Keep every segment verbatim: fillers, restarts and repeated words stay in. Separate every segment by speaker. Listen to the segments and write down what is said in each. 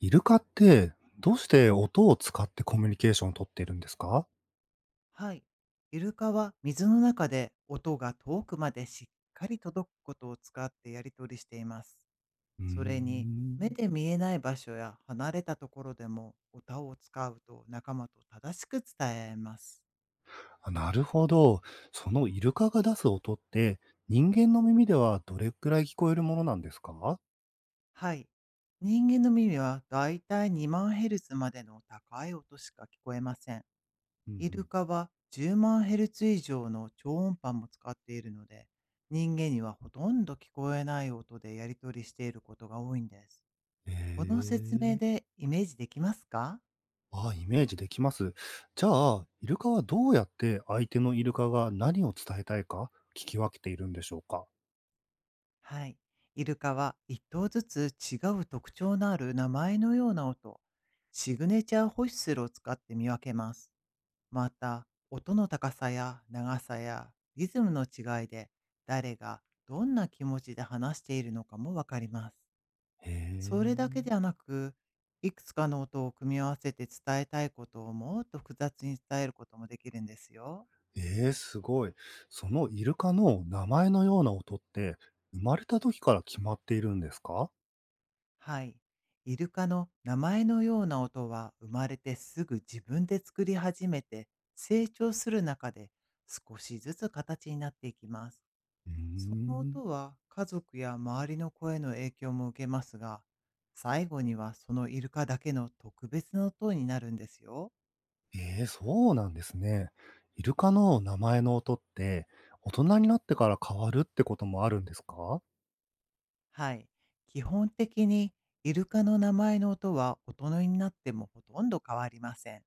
Speaker 1: イルカって、どうして音を使ってコミュニケーションを取っているんですか？
Speaker 2: はい。イルカは水の中で音が遠くまでしっかり届くことを使ってやり取りしています。
Speaker 1: うー
Speaker 2: それに、目
Speaker 1: ん。
Speaker 2: で見えない場所や離れたところでも歌を使うと仲間と正しく伝えます。
Speaker 1: あ、なるほど。そのイルカが出す音って、人間の耳ではどれくらい聞こえるものなんですか？
Speaker 2: はい。人間の耳はだいたいにまんヘルツまでの高い音しか聞こえません。
Speaker 1: うんう
Speaker 2: イル
Speaker 1: ん。
Speaker 2: カはじゅうまんヘルツ以上の超音波も使っているので、人間にはほとんど聞こえない音でやり取りしていることが多いんです。こ
Speaker 1: へ
Speaker 2: の説明
Speaker 1: え。
Speaker 2: でイメージできますか？
Speaker 1: ああ、イメージできます。じゃあ、イルカはどうやって相手のイルカが何を伝えたいか聞き分けているんでしょうか？
Speaker 2: はい。イルカは一頭ずつ違う特徴のある名前のような音、シグネチャーホイッスルを使って見分けます。また、音の高さや長さやリズムの違いで誰がどんな気持ちで話しているのかもわかります。
Speaker 1: へ
Speaker 2: それだ
Speaker 1: え。
Speaker 2: けではなく、いくつかの音を組み合わせて伝えたいことをもっと複雑に伝えることもできるんですよ。
Speaker 1: ええ、すごい。そのイルカの名前のような音って、生まれた時から決まっているんですか？
Speaker 2: はい。イルカの名前のような音は生まれてすぐ自分で作り始めて、成長する中で少しずつ形になっていきます。
Speaker 1: うー
Speaker 2: その
Speaker 1: ん。
Speaker 2: 音は家族や周りの声の影響も受けますが、最後にはそのイルカだけの特別な音になるんですよ。
Speaker 1: ええ、そうなんですね。イルカの名前の音って、大人になってから変わるってこともあるんですか？
Speaker 2: はい。基本的にイルカの名前の音は大人になってもほとんど変わりません。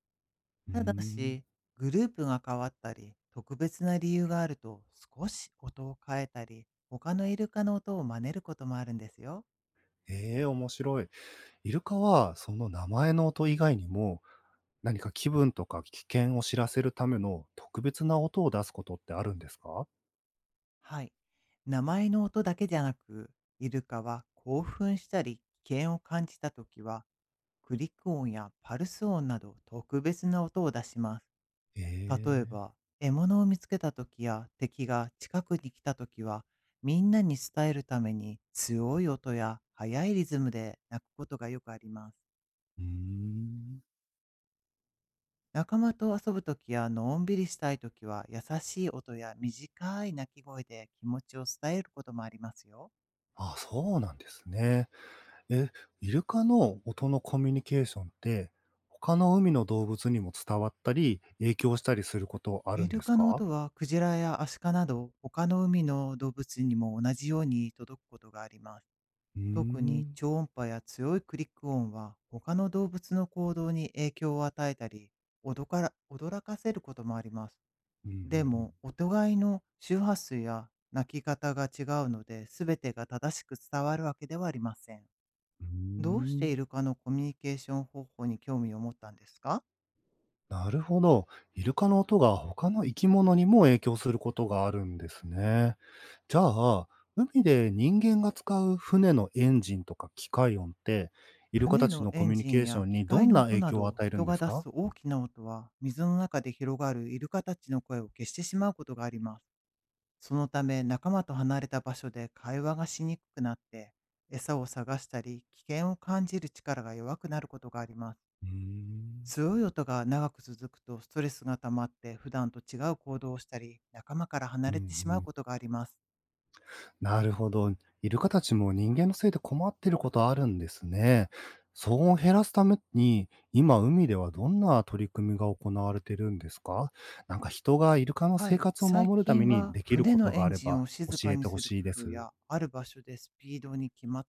Speaker 1: うー
Speaker 2: ただ
Speaker 1: ん。
Speaker 2: し、グループが変わったり、特別な理由があると少し音を変えたり、他のイルカの音を真似ることもあるんですよ。
Speaker 1: ええ、面白い。イルカはその名前の音以外にも、何か気分とか危険を知らせるための特別な音を出すことってあるんですか？
Speaker 2: はい。名前の音だけじゃなく、イルカは興奮したり危険を感じたときは、クリック音やパルス音など特別な音を出します。
Speaker 1: え
Speaker 2: 例え
Speaker 1: え。
Speaker 2: ば、獲物を見つけたときや敵が近くに来たときは、みんなに伝えるために強い音や速いリズムで鳴くことがよくあります。
Speaker 1: うーん。
Speaker 2: 仲間と遊ぶときやのんびりしたいときは、優しい音や短い鳴き声で気持ちを伝えることもありますよ。
Speaker 1: あ、そうなんですね。え、イルカの音のコミュニケーションって、他の海の動物にも伝わったり、影響したりすることある
Speaker 2: イ
Speaker 1: んで
Speaker 2: ル
Speaker 1: す
Speaker 2: カの
Speaker 1: か？
Speaker 2: 音はクジラやアシカなど他の海の動物にも同じように届くことがあります。
Speaker 1: うー
Speaker 2: 特に
Speaker 1: ん。
Speaker 2: 超音波や強いクリック音は他の動物の行動に影響を与えたり、驚から驚かせることもあります。
Speaker 1: うんうんう
Speaker 2: で
Speaker 1: ん。
Speaker 2: も、お互いの周波数や鳴き方が違うので、全てが正しく伝わるわけではありません。
Speaker 1: うー
Speaker 2: どうしてイ
Speaker 1: ん。
Speaker 2: ルカのコミュニケーション方法に興味を持ったんですか？
Speaker 1: なるほど。イルカの音が他の生き物にも影響することがあるんですね。じゃあ、海で人間が使う船のエンジンとか機械音って、イルカた
Speaker 2: 船
Speaker 1: ち
Speaker 2: の
Speaker 1: のコ
Speaker 2: エン
Speaker 1: ミュニ
Speaker 2: ジ
Speaker 1: ケ
Speaker 2: ン
Speaker 1: ーショ
Speaker 2: や
Speaker 1: ン
Speaker 2: 機
Speaker 1: にど
Speaker 2: 械
Speaker 1: ん
Speaker 2: の
Speaker 1: な
Speaker 2: 音
Speaker 1: 影
Speaker 2: な
Speaker 1: 響を
Speaker 2: ど
Speaker 1: 与えるん
Speaker 2: 人
Speaker 1: で
Speaker 2: が
Speaker 1: す
Speaker 2: 出
Speaker 1: か？
Speaker 2: す大きな音は、水の中で広がるイルカたちの声を消してしまうことがあります。そのため、仲間と離れた場所で会話がしにくくなって、餌を探したり危険を感じる力が弱くなることがあります。
Speaker 1: うーん。
Speaker 2: 強い音が長く続くと、ストレスが溜まって普段と違う行動をしたり、仲間から
Speaker 1: う
Speaker 2: 離
Speaker 1: んう
Speaker 2: れてしまう
Speaker 1: ん。
Speaker 2: ことがあります。
Speaker 1: なるほど。イルカたちも人間のせいで困ってることあるんですね。騒音を減らすために、今海ではどんな取り組みが行われてるんですか？なんか人がイルカの
Speaker 2: は
Speaker 1: 生
Speaker 2: い、
Speaker 1: 活を
Speaker 2: 最
Speaker 1: 守るため
Speaker 2: 近
Speaker 1: に
Speaker 2: は
Speaker 1: できる
Speaker 2: 船
Speaker 1: こ
Speaker 2: の
Speaker 1: とが
Speaker 2: エ
Speaker 1: あ
Speaker 2: ン
Speaker 1: れ
Speaker 2: ジン
Speaker 1: ば
Speaker 2: を静
Speaker 1: 教
Speaker 2: か
Speaker 1: え
Speaker 2: に
Speaker 1: てほ
Speaker 2: する
Speaker 1: しいで
Speaker 2: 工夫
Speaker 1: す。
Speaker 2: や、ある場所でスピードに決ま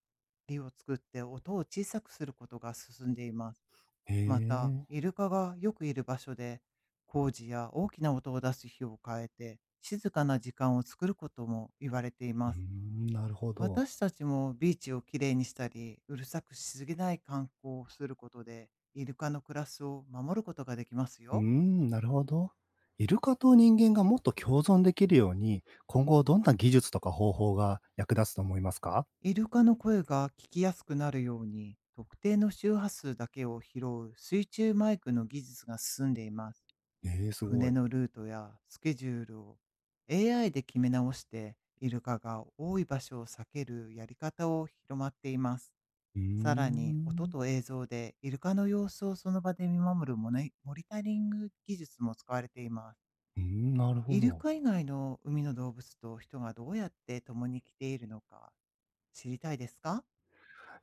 Speaker 2: りを作って音を小さくすることが進んでいます。
Speaker 1: へ
Speaker 2: また、
Speaker 1: え。
Speaker 2: イルカがよくいる場所で工事や大きな音を出す日を変えて、静かな時間を作ることも言われてい
Speaker 1: うー
Speaker 2: ます。
Speaker 1: ん、なるほど。
Speaker 2: 私たちもビーチをきれいにしたり、うるさくしすぎない観光をすることで、イルカの暮らしを守ることができます
Speaker 1: うー
Speaker 2: よ。
Speaker 1: ん、なるほど。イルカと人間がもっと共存できるように、今後どんな技術とか方法が役立つと思いますか？
Speaker 2: イルカの声が聞きやすくなるように、特定の周波数だけを拾う水中マイクの技術が進んでいます。
Speaker 1: ええ、すご
Speaker 2: 船
Speaker 1: い。
Speaker 2: のルートやスケジュールを エーアイ で決め直して、イルカが多い場所を避けるやり方を広まっています。
Speaker 1: うー
Speaker 2: さらに、音
Speaker 1: ん。
Speaker 2: と映像でイルカの様子をその場で見守るモネモニタリング技術も使われています。
Speaker 1: うーん、なるほ
Speaker 2: イル
Speaker 1: ど。
Speaker 2: カ以外の海の動物と人がどうやって共に来ているのか知りたいですか？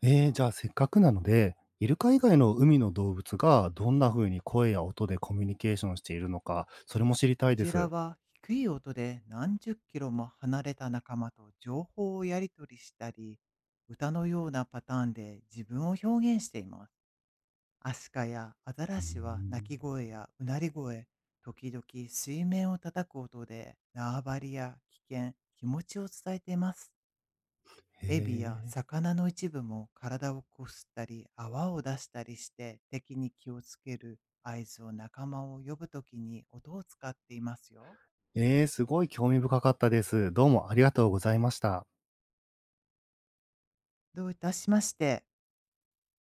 Speaker 1: ええ、じゃあせっかくなので、イルカ以外の海の動物がどんな風に声や音でコミュニケーションしているのか、それも知りた
Speaker 2: ク
Speaker 1: いで
Speaker 2: ジラ
Speaker 1: す。
Speaker 2: は低い音で何十キロも離れた仲間と情報をやり取りしたり、歌のようなパターンで自分を表現しています。アシカやアザ
Speaker 1: う
Speaker 2: ラ
Speaker 1: ー
Speaker 2: シは鳴
Speaker 1: ん。
Speaker 2: き声やうなり声、時々水面を叩く音で縄張りや危険、気持ちを伝えています。
Speaker 1: へ
Speaker 2: エビや
Speaker 1: え。
Speaker 2: 魚の一部も体をこすったり泡を出したりして、敵に気をつける合図を仲間を呼ぶときに音を使っていますよ。
Speaker 1: ええ、すごい興味深かったです。どうもありがとうございました。
Speaker 2: どういたしまして。